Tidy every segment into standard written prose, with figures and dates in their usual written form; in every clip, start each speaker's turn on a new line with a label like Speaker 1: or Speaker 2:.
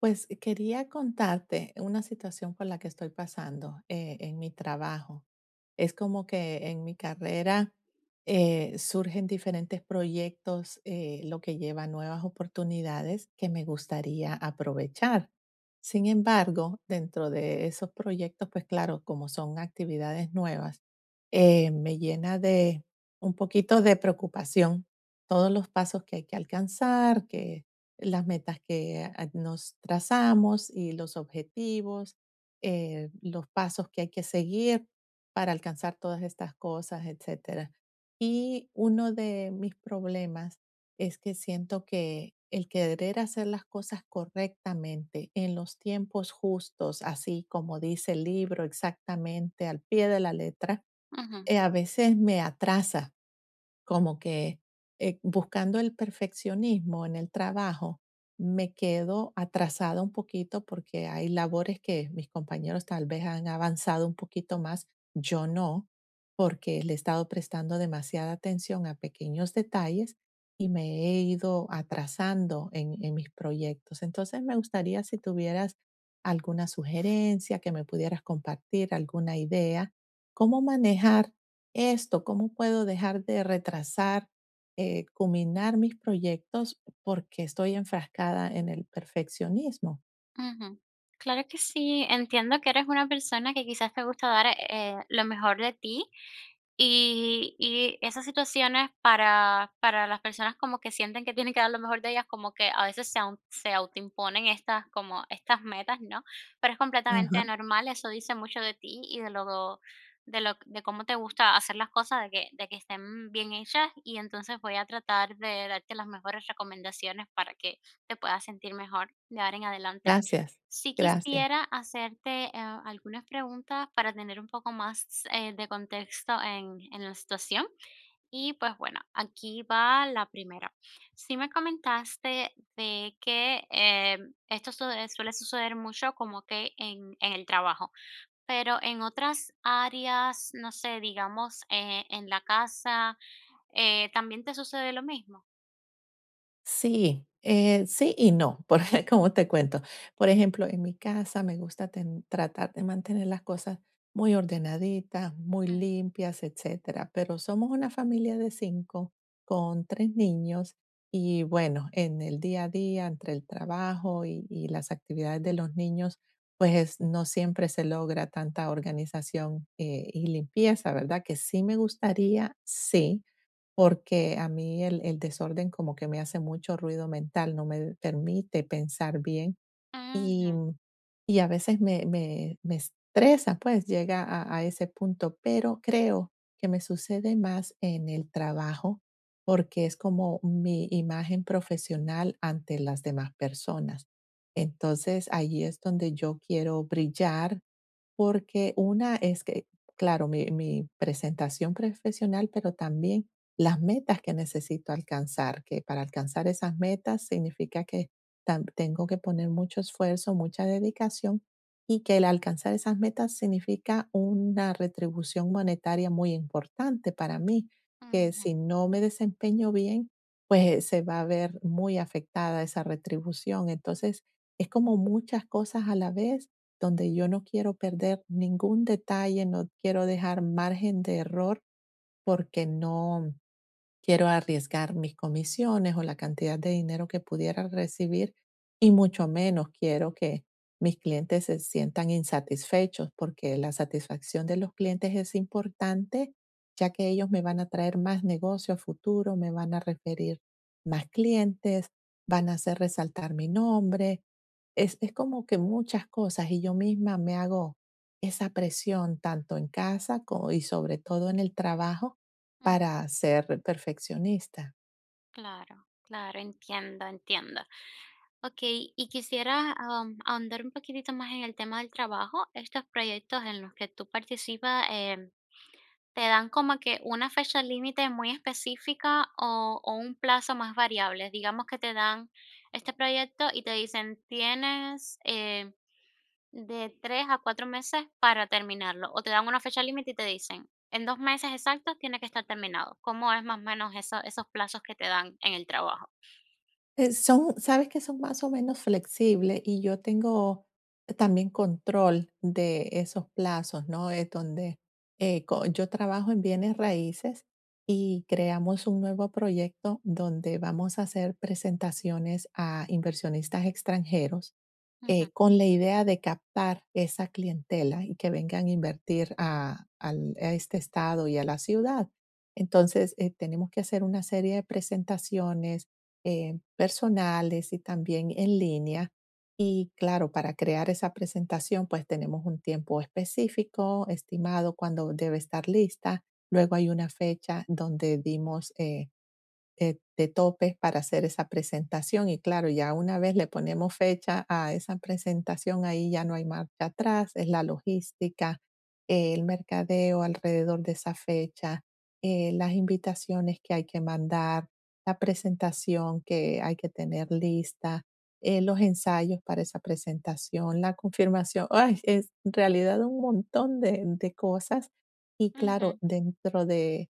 Speaker 1: Pues quería contarte una situación por la que estoy pasando en mi trabajo. Es como que en mi carrera surgen diferentes proyectos, lo que lleva a nuevas oportunidades que me gustaría aprovechar. Sin embargo, dentro de esos proyectos, pues claro, como son actividades nuevas, me llena de un poquito de preocupación todos los pasos que hay que alcanzar, que las metas que nos trazamos y los objetivos, los pasos que hay que seguir para alcanzar todas estas cosas, etcétera. Y uno de mis problemas es que siento que el querer hacer las cosas correctamente, en los tiempos justos, así como dice el libro, exactamente al pie de la letra,
Speaker 2: Ujú.
Speaker 1: a veces me atrasa, como que buscando el perfeccionismo en el trabajo, me quedo atrasada un poquito porque hay labores que mis compañeros tal vez han avanzado un poquito más, yo no, porque le he estado prestando demasiada atención a pequeños detalles y me he ido atrasando en mis proyectos. Entonces me gustaría si tuvieras alguna sugerencia que me pudieras compartir, alguna idea, cómo manejar esto, cómo puedo dejar de retrasar, culminar mis proyectos porque estoy enfrascada en el perfeccionismo.
Speaker 2: Ujú. Claro que sí, entiendo que eres una persona que quizás te gusta dar lo mejor de ti y esas situaciones para las personas como que sienten que tienen que dar lo mejor de ellas, como que a veces se autoimponen estas, como estas metas, ¿no? Pero es completamente
Speaker 1: Ajá,
Speaker 2: normal, eso dice mucho de ti y de lo, de cómo te gusta hacer las cosas, de que estén bien hechas y entonces voy a tratar de darte las mejores recomendaciones para que te puedas sentir mejor de ahora en adelante.
Speaker 1: gracias,
Speaker 2: Sí
Speaker 1: gracias.
Speaker 2: quisiera hacerte, algunas preguntas para tener un poco más, de contexto en la situación. Y, pues, bueno, aquí va la primera. Sí me comentaste de que, esto suele suceder mucho como que en el trabajo, pero en otras áreas, no sé, digamos, en la casa, ¿también te sucede lo mismo?
Speaker 1: Sí, sí y no, porque como te cuento, por ejemplo, en mi casa me gusta tratar de mantener las cosas muy ordenaditas, muy
Speaker 2: Ujú.
Speaker 1: limpias, etcétera, pero somos una familia de cinco con tres niños y bueno, en el día a día, entre el trabajo y las actividades de los niños, pues no siempre se logra tanta organización y limpieza, ¿verdad? Que sí me gustaría, sí, porque a mí el desorden como que me hace mucho ruido mental, no me permite pensar bien
Speaker 2: Ujú,
Speaker 1: y y a veces me estresa, pues llega a ese punto, pero creo que me sucede más en el trabajo, porque es como mi imagen profesional ante las demás personas. Entonces, ahí es donde yo quiero brillar, porque una es que, claro, mi presentación profesional, pero también las metas que necesito alcanzar, que para alcanzar esas metas significa que tengo que poner mucho esfuerzo, mucha dedicación y que el alcanzar esas metas significa una retribución monetaria muy importante para mí, que
Speaker 2: ujú,
Speaker 1: si no me desempeño bien, pues se va a ver muy afectada esa retribución. Entonces, es como muchas cosas a la vez donde yo no quiero perder ningún detalle, no quiero dejar margen de error porque no quiero arriesgar mis comisiones o la cantidad de dinero que pudiera recibir y mucho menos quiero que mis clientes se sientan insatisfechos porque la satisfacción de los clientes es importante, ya que ellos me van a traer más negocio a futuro, me van a referir más clientes, van a hacer resaltar mi nombre. Es como que muchas cosas y yo misma me hago esa presión tanto en casa y sobre todo en el trabajo
Speaker 2: ujú.
Speaker 1: para ser perfeccionista.
Speaker 2: Claro, claro, entiendo, entiendo. Ok, y quisiera ahondar un poquitito más en el tema del trabajo. Estos proyectos en los que tú participas, ¿te dan como que una fecha límite muy específica o un plazo más variable? Digamos que te dan este proyecto y te dicen, tienes de tres a cuatro meses para terminarlo. O te dan una fecha límite y te dicen, en dos meses exactos tiene que estar terminado. ¿Cómo es más o menos esos plazos que te dan en el trabajo?
Speaker 1: Son, sabes que son más o menos flexibles y yo tengo también control de esos plazos, ¿no? Es donde yo trabajo en bienes raíces y creamos un nuevo proyecto donde vamos a hacer presentaciones a inversionistas extranjeros
Speaker 2: Ujú,
Speaker 1: con la idea de captar esa clientela y que vengan a invertir a este estado y a la ciudad. Entonces, tenemos que hacer una serie de presentaciones personales y también en línea. Y claro, para crear esa presentación, pues tenemos un tiempo específico, estimado, cuando debe estar lista. Luego hay una fecha donde dimos de topes para hacer esa presentación y claro, ya una vez le ponemos fecha a esa presentación, ahí ya no hay marcha atrás, es la logística, el mercadeo alrededor de esa fecha, las invitaciones que hay que mandar, la presentación que hay que tener lista, los ensayos para esa presentación, la confirmación, ¡ay! Es en realidad un montón de cosas y
Speaker 2: ujú,
Speaker 1: claro, dentro de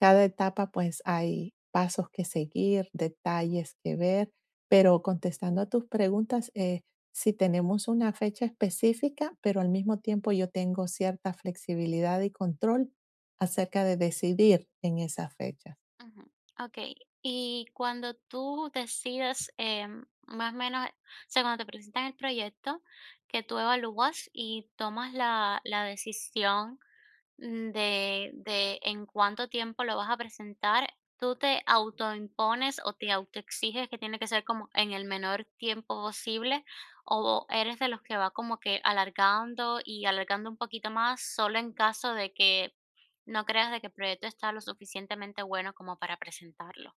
Speaker 1: cada etapa, pues, hay pasos que seguir, detalles que ver, pero contestando a tus preguntas, sí tenemos una fecha específica, pero al mismo tiempo yo tengo cierta flexibilidad y control acerca de decidir en esas fechas.
Speaker 2: ujú. Okey, y cuando tú decidas, más o menos, o sea, cuando te presentan el proyecto, que tú evalúas y tomas la decisión de en cuánto tiempo lo vas a presentar, tú te autoimpones o te autoexiges que tiene que ser como en el menor tiempo posible o eres de los que va como que alargando y alargando un poquito más solo en caso de que no creas de que el proyecto está lo suficientemente bueno como para presentarlo.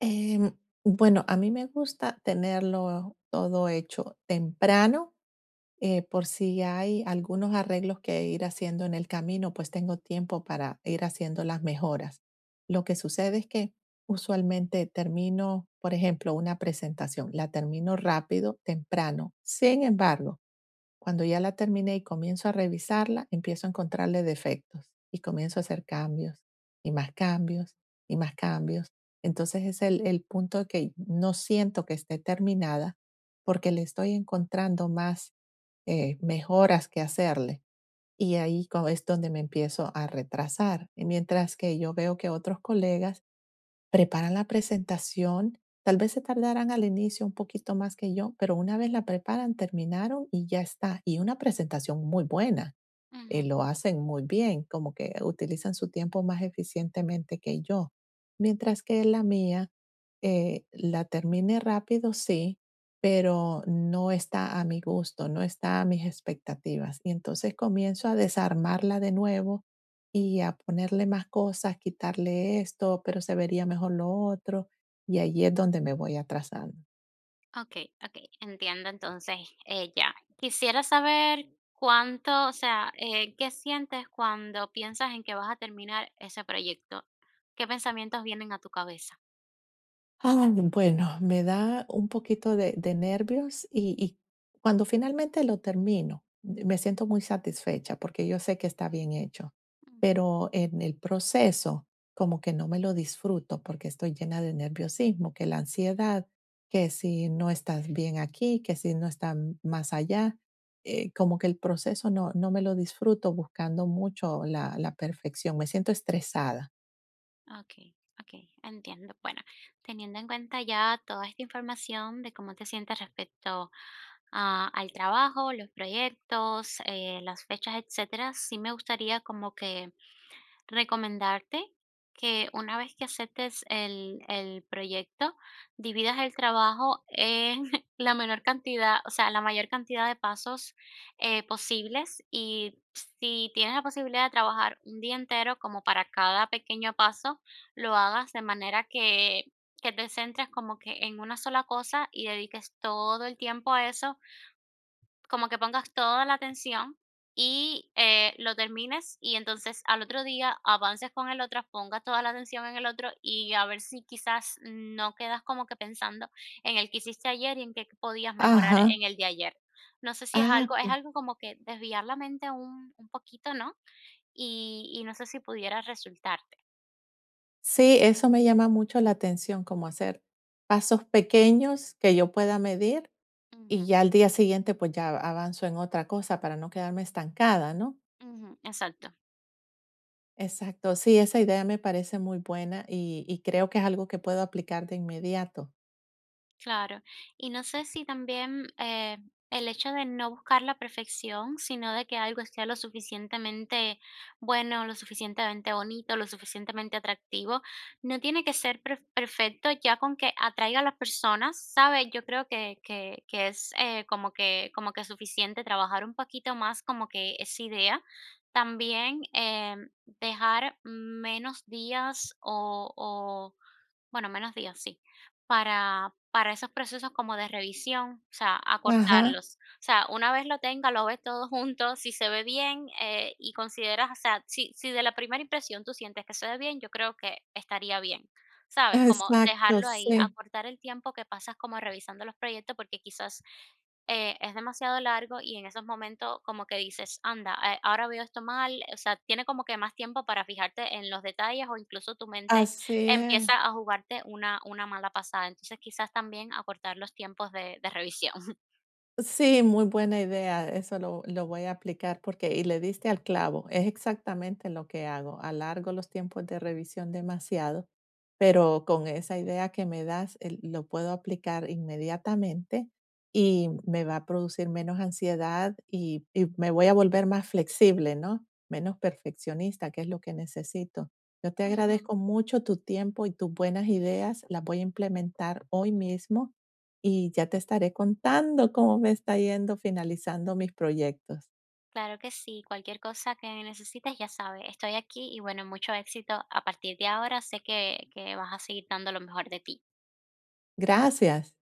Speaker 1: Em, bueno, a mí me gusta tenerlo todo hecho temprano por si hay algunos arreglos que ir haciendo en el camino, pues tengo tiempo para ir haciendo las mejoras. Lo que sucede es que usualmente termino, por ejemplo, una presentación, la termino rápido, temprano. Sin embargo, cuando ya la terminé y comienzo a revisarla, empiezo a encontrarle defectos y comienzo a hacer cambios y más cambios y más cambios. Entonces es el punto que no siento que esté terminada porque le estoy encontrando más mejoras que hacerle. Y ahí es donde me empiezo a retrasar. Y mientras que yo veo que otros colegas preparan la presentación, tal vez se tardarán al inicio un poquito más que yo, pero una vez la preparan, terminaron y ya está. Y una presentación muy buena lo hacen muy bien, como que utilizan su tiempo más eficientemente que yo. Mientras que la mía la termine rápido, sí, pero no está a mi gusto, no está a mis expectativas. Y entonces comienzo a desarmarla de nuevo y a ponerle más cosas, quitarle esto, pero se vería mejor lo otro. Y ahí es donde me voy atrasando.
Speaker 2: Okey, okey, entiendo entonces, ya. Quisiera saber cuánto, o sea, ¿qué sientes cuando piensas en que vas a terminar ese proyecto? ¿Qué pensamientos vienen a tu cabeza?
Speaker 1: Ah, bueno, me da un poquito de nervios y cuando finalmente lo termino, me siento muy satisfecha porque yo sé que está bien hecho,
Speaker 2: Ujú.
Speaker 1: pero en el proceso como que no me lo disfruto porque estoy llena de nerviosismo, que la ansiedad, que si no estás bien aquí, que si no estás más allá, como que el proceso no, no me lo disfruto buscando mucho la perfección, me siento estresada.
Speaker 2: Okey, okey, entiendo. Bueno, teniendo en cuenta ya toda esta información de cómo te sientes respecto a al trabajo, los proyectos, las fechas, etcétera, sí me gustaría como que recomendarte que una vez que aceptes el proyecto, dividas el trabajo en la menor cantidad, o sea, la mayor cantidad de pasos posibles y si tienes la posibilidad de trabajar un día entero como para cada pequeño paso, lo hagas de manera que te centres como que en una sola cosa y dediques todo el tiempo a eso como que pongas toda la atención y lo termines y entonces al otro día avances con el otro, pongas toda la atención en el otro y a ver si quizás no quedas como que pensando en el que hiciste ayer y en qué podías mejorar
Speaker 1: Ajá.
Speaker 2: en el de ayer. No sé si es
Speaker 1: Ah,
Speaker 2: algo, es algo como que desviar la mente un poquito, ¿no? Y no sé si pudiera resultarte.
Speaker 1: sí, eso me llama mucho la atención, como hacer pasos pequeños que yo pueda medir y
Speaker 2: Ujú,
Speaker 1: ya al día siguiente pues ya avanzo en otra cosa para no quedarme estancada, ¿no?
Speaker 2: exacto.
Speaker 1: Exacto, sí, esa idea me parece muy buena y creo que es algo que puedo aplicar de inmediato.
Speaker 2: Claro. Y no sé si también el hecho de no buscar la perfección, sino de que algo esté lo suficientemente bueno, lo suficientemente bonito, lo suficientemente atractivo, no tiene que ser perfecto ya con que atraiga a las personas, ¿sabes? Yo creo que es como que suficiente trabajar un poquito más como que esa idea. También dejar menos días o, bueno, menos días, sí. Para esos procesos como de revisión, o sea,
Speaker 1: Ajá,
Speaker 2: acortarlos. O sea, una vez lo tenga, lo ves todo junto, si se ve bien, y consideras, o sea, si de la primera impresión tú sientes que se ve bien, yo creo que estaría bien, ¿sabes? Como
Speaker 1: exacto,
Speaker 2: dejarlo ahí,
Speaker 1: sí,
Speaker 2: acortar el tiempo que pasas como revisando los proyectos, porque quizás, es demasiado largo y en esos momentos como que dices: "Anda, ahora veo esto mal", o sea, tiene como que más tiempo para fijarte en los detalles o incluso tu mente
Speaker 1: así es.
Speaker 2: empieza a jugarte una mala pasada. Entonces, quizás también acortar los tiempos de revisión.
Speaker 1: Sí, muy buena idea. Eso lo voy a aplicar porque, y le diste al clavo, es exactamente lo que hago. Alargo los tiempos de revisión demasiado, pero con esa idea que me das, lo puedo aplicar inmediatamente y me va a producir menos ansiedad y me voy a volver más flexible, ¿no? Menos perfeccionista, que es lo que necesito. Yo te
Speaker 2: Ujú.
Speaker 1: agradezco mucho tu tiempo y tus buenas ideas. Las voy a implementar hoy mismo y ya te estaré contando cómo me está yendo finalizando mis proyectos.
Speaker 2: Claro que sí, cualquier cosa que necesites, ya sabes, estoy aquí y bueno, mucho éxito a partir de ahora. Sé que vas a seguir dando lo mejor de ti.
Speaker 1: Gracias.